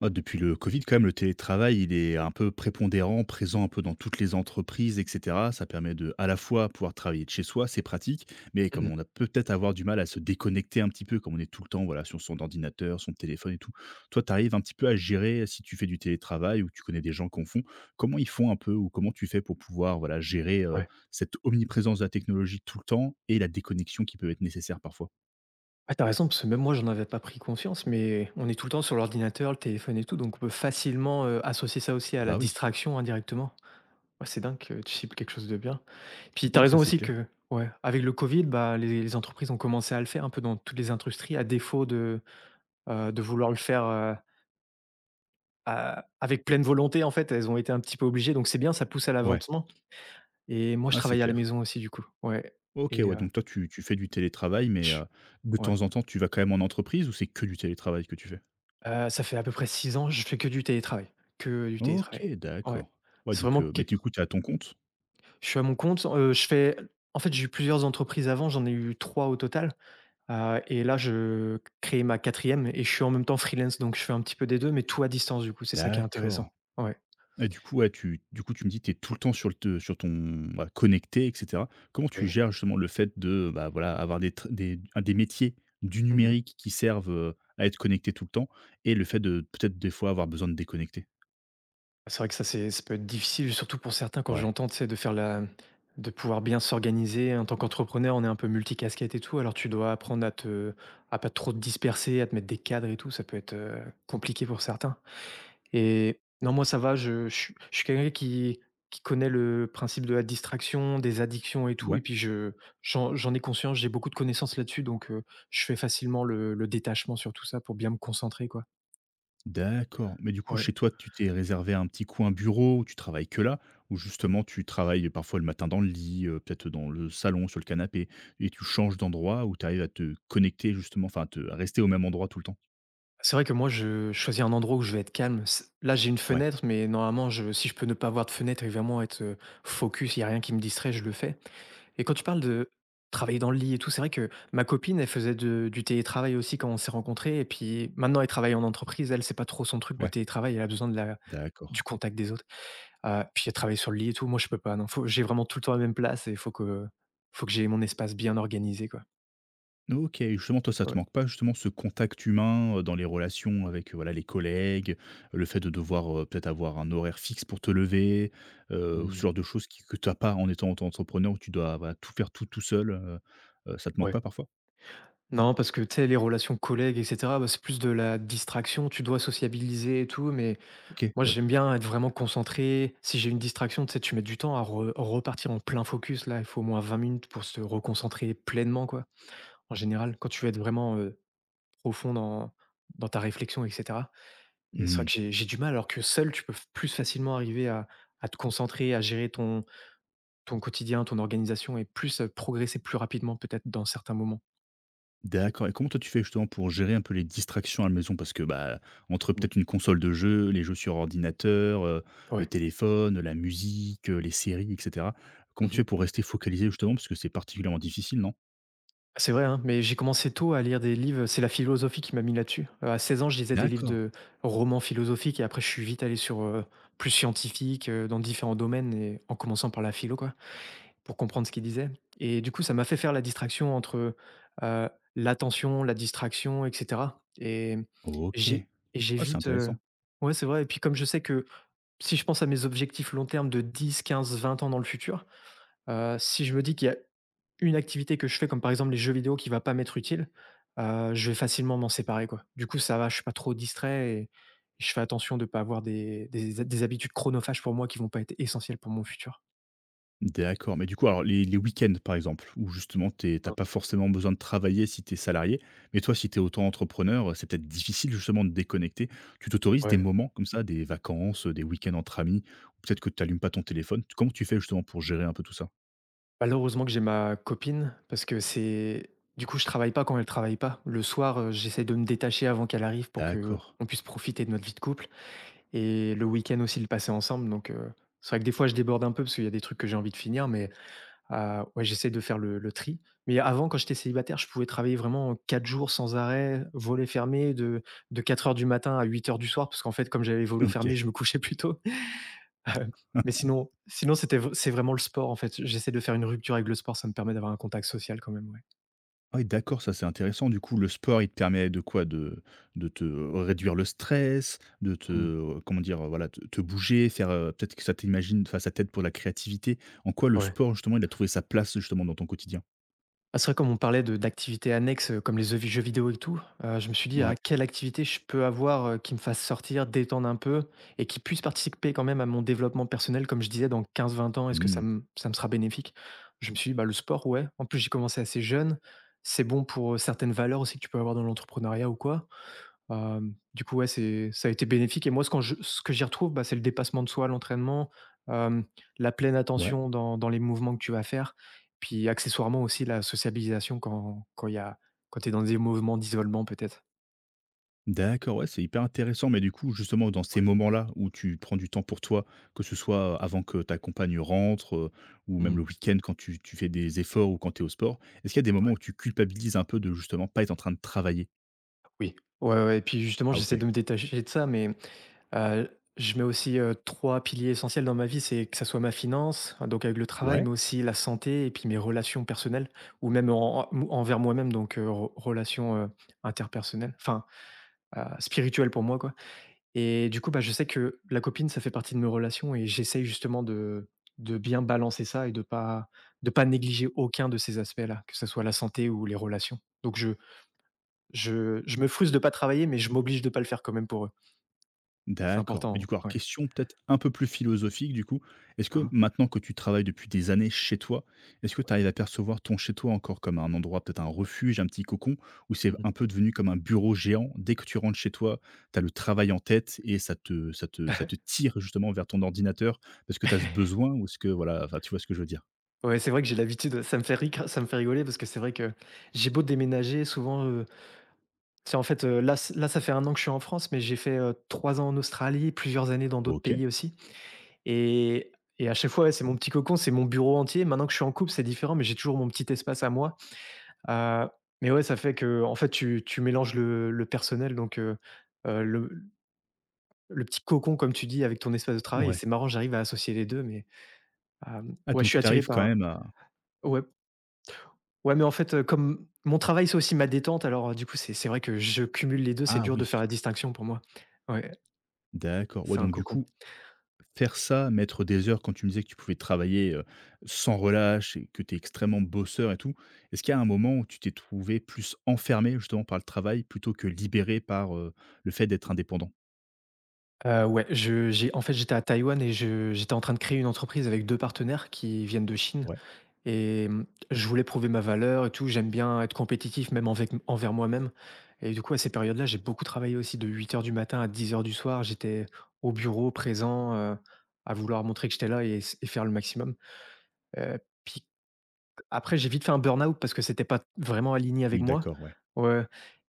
Bah, depuis le Covid, quand même, le télétravail, il est un peu prépondérant, présent un peu dans toutes les entreprises, et cetera. Ça permet de, à la fois, pouvoir travailler de chez soi, c'est pratique, mais Mmh comme on a mh. peut-être avoir du mal à se déconnecter un petit peu, comme on est tout le temps, voilà, sur son ordinateur, son téléphone et tout. Toi, tu arrives un petit peu à gérer si tu fais du télétravail ou que tu connais des gens qui en font, comment ils font un peu ou comment tu fais pour pouvoir, voilà, gérer, Ouais. cette omniprésence de la technologie tout le temps et la déconnexion qui peut être nécessaire parfois? Ouais, tu as raison parce que même moi, j'en avais pas pris conscience, mais on est tout le temps sur l'ordinateur, le téléphone et tout, donc on peut facilement, associer ça aussi Ah à la bah, oui. distraction indirectement. Ouais, c'est dingue que tu cibles quelque chose de bien. Puis tu as Ouais, ça, raison c'est aussi clair. que ouais, avec le Covid, bah, les entreprises ont commencé à le faire un peu dans toutes les industries à défaut de vouloir le faire, à avec pleine volonté en fait, elles ont été un petit peu obligées, donc c'est bien, ça pousse à Ouais. l'avancement et moi, je Ah, c'est travaille à la clair. maison aussi du coup. Ouais OK, et ouais, donc toi, tu fais du télétravail, mais, ch de ouais. temps en temps, tu vas quand même en entreprise ou c'est que du télétravail que tu fais? Ça fait à peu près 6 ans, je fais que du télétravail, que du OK, télétravail. Ouais. d'accord. Ouais, C'est donc, vraiment que mais du coup, tu es à ton compte? je suis à mon compte, je fais en fait, j'ai eu plusieurs entreprises avant, j'en ai eu 3 au total, et là, je crée ma quatrième et je suis en même temps freelance, donc je fais un petit peu des 2, mais tout à distance, du coup, c'est ça qui est D'accord. intéressant. Ouais, Et du coup, ouais, tu du coup, tu me dis, que tu es tout le temps sur le te sur ton bah, connecté et cetera. Comment tu oui. gères justement le fait de, bah, voilà, avoir des tr des un- des métiers du Mmh mh. numérique qui servent, à être connecté tout le temps et le fait de peut-être des fois avoir besoin de déconnecter? C'est vrai que ça, c'est ça peut être difficile, surtout pour certains quand Ouais. j'entends, tu sais, de faire la de pouvoir bien s'organiser. En tant qu'entrepreneur, on est un peu multicasquette et tout, alors tu dois apprendre à te à pas trop te disperser, à te mettre des cadres et tout, ça peut être, compliqué pour certains et non, moi ça va, je suis je suis quelqu'un qui connaît le principe de la distraction, des addictions et tout et Ouais. puis je j'en j'en ai conscience, j'ai beaucoup de connaissances là-dessus donc je fais facilement le détachement sur tout ça pour bien me concentrer, quoi. D'accord. Mais du coup, Ouais. chez toi, tu t'es réservé un petit coin bureau où tu travailles que là? Ou Mmh. justement, tu travailles parfois le matin dans le lit, peut-être dans le salon, sur le canapé et tu changes d'endroit où tu arrives à te connecter justement, enfin, à rester au même endroit tout le temps? C'est vrai que moi, je choisis un endroit où je vais être calme. Là, j'ai une Ouais, fenêtre, mais normalement, je, si je peux ne pas avoir de fenêtre et vraiment être focus, il n'y a rien qui me distrait, je le fais. Et quand tu parles de travailler dans le lit et tout, c'est vrai que ma copine, elle faisait du télétravail aussi quand on s'est rencontrés. Et puis maintenant, elle travaille en entreprise. Elle, c'est pas trop son truc, le ouais, télétravail. Elle a besoin de la, d'accord. du contact des autres. Puis elle travaille sur le lit et tout. Moi, je peux pas. Non, j'ai vraiment tout le temps la même place et faut que j'ai mon espace bien organisé. Quoi. OK, justement, toi, ça te Ouais. manque pas justement ce contact humain, dans les relations avec, voilà, les collègues, le fait de devoir, peut-être avoir un horaire fixe pour te lever, ce Mm. genre de choses qui que tu as pas en étant auto-entrepreneur où tu dois, voilà, tout faire tout, tout seul, ça te manque Ouais. pas parfois? Non, parce que tu sais, les relations collègues, et cetera, bah, c'est plus de la distraction. Tu dois sociabiliser et tout, mais OK, moi, ouais. j'aime bien être vraiment concentré. Si j'ai une distraction, tu sais, tu mets du temps à repartir en plein focus. Là, il faut au moins 20 minutes pour se reconcentrer pleinement, quoi. En général, quand tu veux être vraiment profond dans ta réflexion, et cetera. Et c'est vrai Mmh. que j'ai du mal, alors que seul, tu peux plus facilement arriver à te concentrer, ton quotidien, ton organisation et plus progresser plus rapidement, peut-être, dans certains moments. D'accord. Et comment toi tu fais justement pour gérer un peu les distractions à la maison? Parce que, bah, entre Mm. peut-être une console de jeu, les jeux sur ordinateur, le Ouais. téléphone, la musique, les séries et cetera. Comment tu fais pour rester focalisé justement? Parce que c'est particulièrement difficile, non? C'est vrai, hein, mais j'ai commencé tôt à lire des livres, c'est la philosophie qui m'a mis là-dessus. À 16 ans, je lisais des livres D'accord. de romans philosophiques et après je suis vite allé sur, plus scientifique, dans différents domaines et en commençant par la philo quoi, pour comprendre ce qu'il disait. Et du coup, ça m'a fait faire la distraction entre, heu, l'attention, la distraction et cetera et OK. j'ai j'ai Ah, c'est vite, intéressant. ouais, c'est vrai et puis comme je sais que si je pense à mes objectifs long terme de 10, 15, 20 ans dans le futur, si je me dis qu'il y a une activité que je fais, comme par exemple les jeux vidéo qui va pas m'être utile, je vais facilement m'en séparer, quoi. Du coup, ça va, je suis pas trop distrait et je fais attention de ne pas avoir des habitudes chronophages pour moi qui vont pas être essentielles pour mon futur. D'accord, mais du coup, alors les week-ends, par exemple, où justement t'as Hein, pas forcément besoin de travailler si tu es salarié, mais toi, si tu es auto-entrepreneur, c'est peut-être difficile justement de déconnecter. Tu t'autorises des ouais. moments comme ça, des vacances, des week-ends entre amis, ou peut-être que tu allumes pas ton téléphone? Comment tu fais justement pour gérer un peu tout ça? Malheureusement que j'ai ma copine parce que je travaille pas quand elle travaille pas. Le soir, j'essaie de me détacher avant qu'elle arrive pour que D'accord. on puisse profiter de notre vie de couple et le week-end aussi le passer ensemble donc c'est vrai que des fois je déborde un peu parce qu'il y a des trucs que j'ai envie de finir mais ouais, j'essaie de faire le tri. Mais avant, quand j'étais célibataire, je pouvais travailler vraiment 4 jours sans arrêt, volets fermés, de 4 heures du matin à 20 heures, parce qu'en fait, comme j'avais les volets fermés, OK. je me couchais plus tôt. Heu, mais sinon, c'est vraiment le sport, en fait. J'essaie de faire une rupture avec le sport, ça me permet d'avoir un contact social quand même, ouais. Ouais, d'accord, ça c'est intéressant. Du coup, le sport, il te permet de quoi? De te réduire le stress, de te, Mmh. Comment dire? Voilà, te bouger, faire, peut-être que ça t'imagine enfin, ça t'aide pour la créativité. En quoi le Ouais. sport, justement, il a trouvé sa place, justement, dans ton quotidien? Ah, c'est vrai comme on parlait de d'activités annexes, comme les vi jeux vidéo et tout, je me suis dit: Ouais. à quelle activité je peux avoir, qui me fasse sortir, détendre un peu et qui puisse participer quand même à mon développement personnel?» comme je disais dans 15-20 ans, est-ce que Mmh. Ça me sera bénéfique? Je me suis dit: «Bah, le sport, ouais». En plus j'ai commencé assez jeune, c'est bon pour, certaines valeurs aussi que tu peux avoir dans l'entrepreneuriat ou quoi. Du coup, ouais, c'est ça a été bénéfique et moi, ce quand je ce que j'y retrouve, bah, c'est le dépassement de soi, l'entraînement, hem, la pleine Ouais. attention dans les mouvements que tu vas faire, puis accessoirement aussi la sociabilisation quand quand il y a quand tu es dans des mouvements d'isolement peut-être. D'accord, ouais, c'est hyper intéressant. Mais du coup, justement, dans ces Ouais. moments-là où tu prends du temps pour toi, que ce soit, avant que ta compagne rentre, ou même le Mmh. week-end quand tu tu fais des efforts ou quand tu es au sport, est-ce qu'il y a des moments Ouais. où tu culpabilises un peu de, justement, pas être en train de travailler? Oui. Ouais, ouais et puis justement, Ah j'essaie OK. de me détacher de ça mais Heu, je mets aussi, 3 piliers essentiels dans ma vie, c'est que ça soit ma finance, hein, donc avec le travail, Ouais. mais aussi la santé et puis mes relations personnelles ou même en en envers moi-même, donc re relations, interpersonnelles, enfin, spirituelles pour moi, quoi et du coup, bah, je sais que la copine, ça fait partie de mes relations et j'essaye justement de bien balancer ça et de pas négliger aucun de ces aspects-là, que ça soit la santé ou les relations. Donc je me frustre de pas travailler, mais je m'oblige de pas le faire quand même pour eux. C'est D'accord. Mais du important, coup, alors ouais. question peut-être un peu plus philosophique du coup. Est-ce que Mmh maintenant que tu travailles depuis des années chez toi, est-ce que tu arrives à percevoir ton chez toi encore comme un endroit, peut-être un refuge, un petit cocon? Où c'est mh. un peu devenu comme un bureau géant? Dès que tu rentres chez toi, tu as le travail en tête et ça te tire justement vers ton ordinateur parce que tu as ce besoin? Ou est-ce que voilà, enfin tu vois ce que je veux dire? Ouais, c'est vrai que j'ai l'habitude, ça me fait rigoler parce que c'est vrai que j'ai beau déménager souvent, c'est en fait, là ç là ça fait un an que je suis en France, mais j'ai fait, 3 ans en Australie, plusieurs années dans d'autres OK. pays aussi et et à chaque fois, ouais, c'est mon petit cocon, c'est mon bureau entier. Maintenant que je suis en couple, c'est différent, mais j'ai toujours mon petit espace à moi, heu, mais ouais, ça fait que en fait, tu tu mélanges le personnel donc heu, le le petit cocon comme tu dis avec ton espace de travail et Ouais. c'est marrant, j'arrive à associer les 2. Mais Ah ouais, je suis donc tu attiré arrives quand par même à ouais. Ouais, mais en fait, comme mon travail, c'est aussi ma détente, alors, du coup, c'est vrai que je cumule les 2. C'est ah dur de oui, faire la distinction pour moi. Ouais, d'accord. Ouais c'est un donc du cocon. coup. Faire ça, mettre des heures quand tu me disais que tu pouvais travailler, sans relâche et que tu es extrêmement bosseur et tout. Est-ce qu'il y a un moment où tu t'es trouvé plus enfermé justement par le travail plutôt que libéré par, le fait d'être indépendant? Ouais, je j'ai en fait, j'étais à Taïwan et je j'étais en train de créer une entreprise avec 2 partenaires qui viennent de Chine Ouais, et je voulais prouver ma valeur et tout. J'aime bien être compétitif même envec envers moi-même et du coup, à ces périodes-là, j'ai beaucoup travaillé aussi de 8 heures du matin à 22 heures. J'étais au bureau, présent, à vouloir montrer que j'étais là et faire le maximum, heu, puis Après, j'ai vite fait un burn-out parce que c'était pas vraiment aligné avec oui moi. d'accord, ouais. Ouais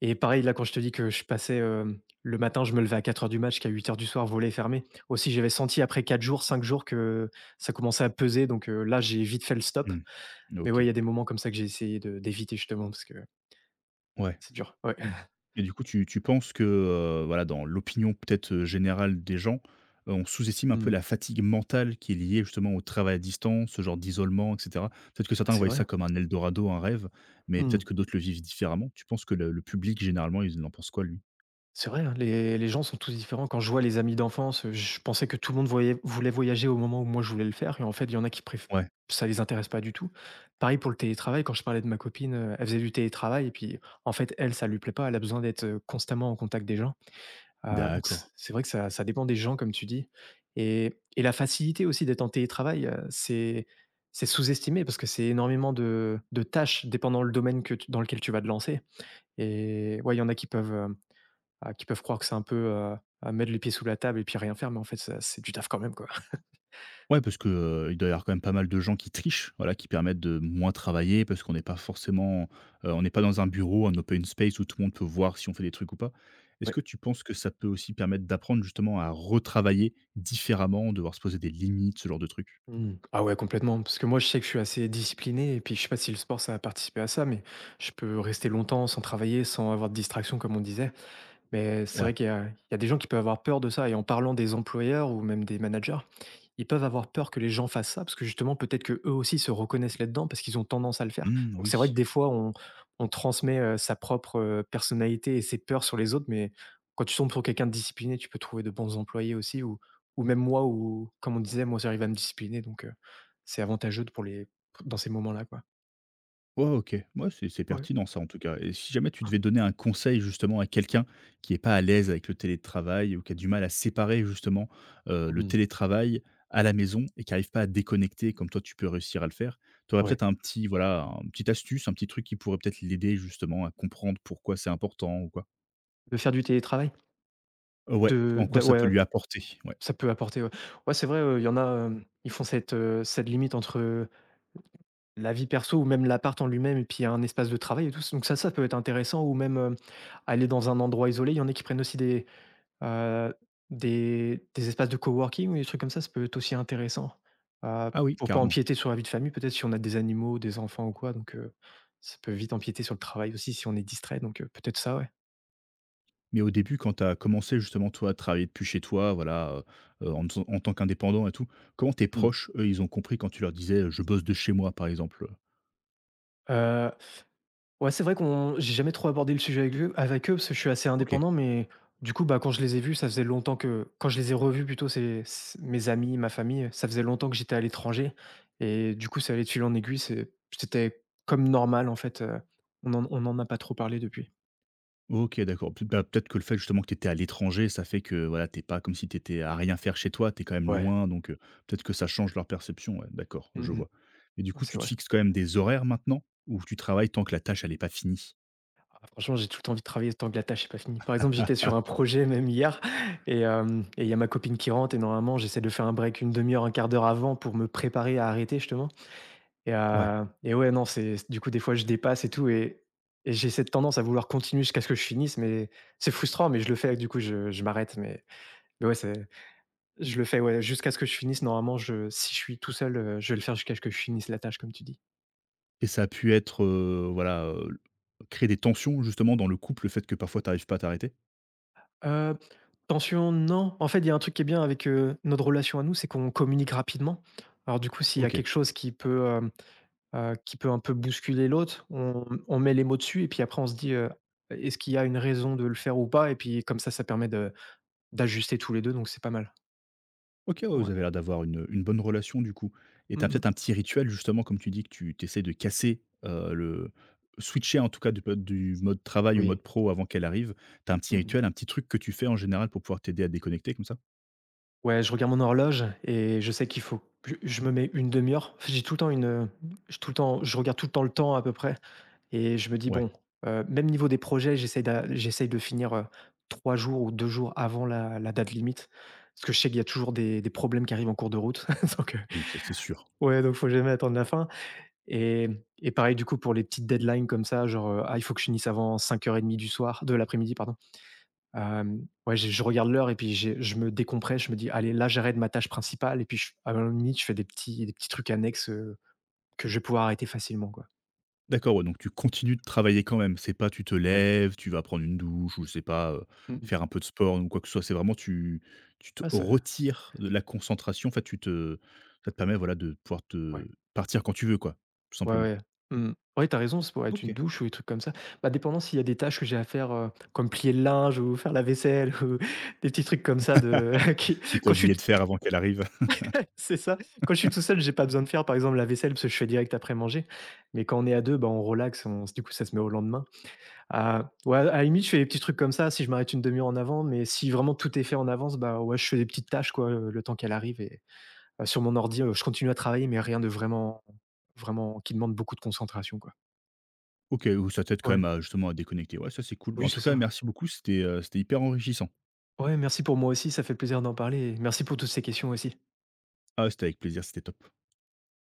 et pareil, là, quand je te dis que je passais, le matin, je me levais à 4 heures du match, qu'à 20 heures, volet fermé. Aussi, j'avais senti après 4 jours, 5 jours que ça commençait à peser donc là, j'ai vite fait le stop. Mmh. Mais ouais, il OK. y a des moments comme ça que j'ai essayé de d'éviter justement parce que Ouais. c'est dur. Ouais. Et du coup, tu penses que, voilà, dans l'opinion peut-être, générale des gens, on sous-estime un peu Mmh. la fatigue mentale qui est liée justement au travail à distance, ce genre d'isolement et cetera? Peut-être que Ah, certains c'est voyaient ça vrai. comme un eldorado, un rêve, mais Mmh. peut-être que d'autres le vivent différemment. Tu penses que le public généralement, il en pense quoi lui? C'est vrai, hein, les gens sont tous différents. Quand je vois les amis d'enfance, je pensais que tout le monde voya voulait voyager au moment où moi je voulais le faire et en fait, il y en a qui préf Ouais, ça les intéresse pas du tout. Pareil pour le télétravail, quand je parlais de ma copine, elle faisait du télétravail et puis, en fait, elle, ça lui plaît pas, elle a besoin d'être, constamment en contact des gens. Donc c d'accord. c'est vrai que ça dépend des gens comme tu dis et la facilité aussi d'être en télétravail, c'est sous-estimé parce que c'est énormément de tâches dépendant le domaine que tu dans lequel tu vas te lancer et ouais, il y en a qui peuvent croire que c'est un peu, à mettre les pieds sous la table et puis rien faire, mais en fait, ça c'est du taf quand même, quoi. Ouais, parce que, il doit y avoir quand même pas mal de gens qui trichent, voilà, qui permettent de moins travailler parce qu'on n'est pas forcément, on n'est pas dans un bureau, un open space où tout le monde peut voir si on fait des trucs ou pas. Est-ce Ouais. que tu penses que ça peut aussi permettre d'apprendre justement à retravailler différemment, devoir se poser des limites, ce genre de truc? Mmh. Ah ouais, complètement, parce que moi, je sais que je suis assez discipliné et puis je sais pas si le sport, ça a participé à ça, mais je peux rester longtemps sans travailler, sans avoir de distraction, comme on disait. Mais c'est vrai Ouais. qu'il y a des gens qui peuvent avoir peur de ça et en parlant des employeurs ou même des managers, ils peuvent avoir peur que les gens fassent ça parce que justement peut-être qu'eux aussi se reconnaissent là-dedans parce qu'ils ont tendance à le faire. Mmh, Donc c'est vrai que oui. des fois on transmet sa propre personnalité et ses peurs sur les autres, mais quand tu tombes sur quelqu'un de discipliné, tu peux trouver de bons employés aussi ou même moi ou comme on disait, moi j'arrive à me discipliner donc c'est avantageux dans ces moments-là quoi. Ouais, OK. Moi, c'est Ouais. pertinent ça en tout cas et si jamais tu devais donner un conseil justement à quelqu'un qui est pas à l'aise avec le télétravail ou qui a du mal à séparer justement, le Hmm. télétravail à la maison et qui arrive pas à déconnecter comme toi tu peux réussir à le faire, tu aurais Ouais. peut-être un petit voilà, un petite astuce, un petit truc qui pourrait peut-être l'aider justement à comprendre pourquoi c'est important ou quoi? De faire du télétravail, Ouais, en quoi ça peut ouais, lui apporter? Ouais. ça peut apporter, ouais. Ouais, c'est vrai, il y en a, ils font cette limite entre, la vie perso ou même l'appart en lui-même et puis un espace de travail et tout donc ça peut être intéressant ou même, aller dans un endroit isolé. Il y en a qui prennent aussi heu, des espaces de coworking ou des trucs comme ça peut être aussi intéressant, heu, Ah oui, pour pas carrément. empiéter sur la vie de famille, peut-être si on a des animaux, des enfants ou quoi donc ça peut vite empiéter sur le travail aussi si on est distrait donc peut-être ça, ouais. Mais au début, quand tu as commencé justement toi à travailler depuis chez toi, voilà, en tant qu'indépendant et tout, comment tes Mmh. proches, eux, ils ont compris quand tu leur disais, «Je bosse de chez moi», par exemple, Heu Ouais, c'est vrai qu'on j'ai jamais trop abordé le sujet avec eux, parce que je suis assez OK. indépendant, mais du coup, bah, quand je les ai vus, ça faisait longtemps que quand je les ai revus plutôt, c'est mes amis, ma famille, ça faisait longtemps que j'étais à l'étranger et du coup, ça allait de fil en aiguille, c'était comme normal en fait, on en a pas trop parlé depuis. OK, d'accord. Peut bah, peut-être que le fait justement que tu étais à l'étranger, ça fait que, voilà, t'es pas comme si tu étais à rien faire chez toi, tu es quand même Ouais. loin, donc, peut-être que ça change leur perception, ouais, d'accord, je Mmh mh. vois. Et du Ouais, coup, tu c'est te vrai. fixes quand même des horaires maintenant? Où tu travailles tant que la tâche elle est pas finie? Ah, franchement, j'ai tout le temps envie de travailler tant que la tâche est pas finie. Par exemple, j'étais sur un projet même hier et il y a ma copine qui rentre et normalement, j'essaie de faire un break une demi heure, un quart d'heure avant pour me préparer à arrêter justement. Et Ouais. Ouais, non, c'est du coup, des fois, je dépasse et tout et j'ai cette tendance à vouloir continuer jusqu'à ce que je finisse, mais c'est frustrant, mais je le fais, du coup, je m'arrête, mais ouais, c'est je le fais, ouais, jusqu'à ce que je finisse. Normalement, je si je suis tout seul, je vais le faire jusqu'à ce que je finisse la tâche, comme tu dis. Et ça a pu être, voilà, créer des tensions justement dans le couple, le fait que parfois tu arrives pas à t'arrêter? Heu, Tension, non. En fait, il y a un truc qui est bien avec, notre relation à nous, c'est qu'on communique rapidement. Alors du coup, s'il y a OK. quelque chose qui peut un peu bousculer l'autre, on met les mots dessus et puis après on se dit: «Est-ce qu'il y a une raison de le faire ou pas?» et puis comme ça permet de d'ajuster tous les 2. Donc c'est pas mal. OK, ouais, vous Ouais. avez l'air d'avoir une bonne relation du coup et tu as Mmh. peut-être un petit rituel justement comme tu dis que tu tu essaies de casser, le switcher en tout cas du mode travail au mode Oui. pro avant qu'elle arrive. Tu as un petit Mmh. rituel, un petit truc que tu fais en général pour pouvoir t'aider à te déconnecter comme ça? Ouais, je regarde mon horloge et je sais qu'il faut je me mets une demi 2 heure. J'ai tout le temps une, je regarde tout le temps à peu près et je me dis: Ouais, «Bon», même niveau des projets, j'essaie de finir, 3 jours ou 2 jours avant la date limite parce que je sais qu'il y a toujours des problèmes qui arrivent en cours de route. Donc. oui, ça c'est sûr. Ouais, donc faut jamais attendre la fin et et pareil, du coup, pour les petites deadlines comme ça, genre: «Ah, il faut que je finisse avant 5:30 du soir de l'après-midi, pardon». Ouais, je regarde l'heure et puis j'ai je me décompresse, je me dis: «Allez, là, j'arrête ma tâche principale» et puis je à la limite, je fais des petits trucs annexes, que je vais pouvoir arrêter facilement, quoi. D'accord, ouais, donc tu continues de travailler quand même, c'est pas tu te Ouais. lèves, tu vas prendre une douche ou je sais pas, Mmh mh. faire un peu de sport ou quoi que ce soit, c'est vraiment tu te Ah ça retires de la concentration, en fait tu te ça te permet voilà de pouvoir te ouais. partir quand tu veux quoi, tout Ouais, simplement. ouais. Mmh mh. Ouais, tu raison, ça pourrait être Ok. une douche ou des trucs comme ça. Bah, dépendant s'il y a des tâches que j'ai à faire, comme plier le linge ou faire la vaisselle ou des petits trucs comme ça de qui Que tu as quand je suis oublié de faire avant qu'elle arrive. C'est ça. Quand je suis tout seul, j'ai pas besoin de faire, par exemple, la vaisselle parce que je fais direct après manger. Mais quand on est à 2, bah, on relaxe, on du coup, ça se met au lendemain. Ah, ouais, à la limite, je fais des petits trucs comme ça, si je m'arrête une demi-heure en avant, mais si vraiment tout est fait en avance, bah, ouais, je fais des petites tâches, quoi, le temps qu'elle arrive et sur mon ordi, je continue à travailler, mais rien de vraiment vraiment qui demande beaucoup de concentration, quoi. OK, ou ça t'aide quand même Ouais. à justement à déconnecter. Ouais, ça c'est cool. Bah, Oui, en tout c'est cas, ça. merci beaucoup, c'était hyper enrichissant. Ouais, merci pour moi aussi, ça fait plaisir d'en parler et merci pour toutes ces questions aussi. Ah, c'était avec plaisir, c'était top.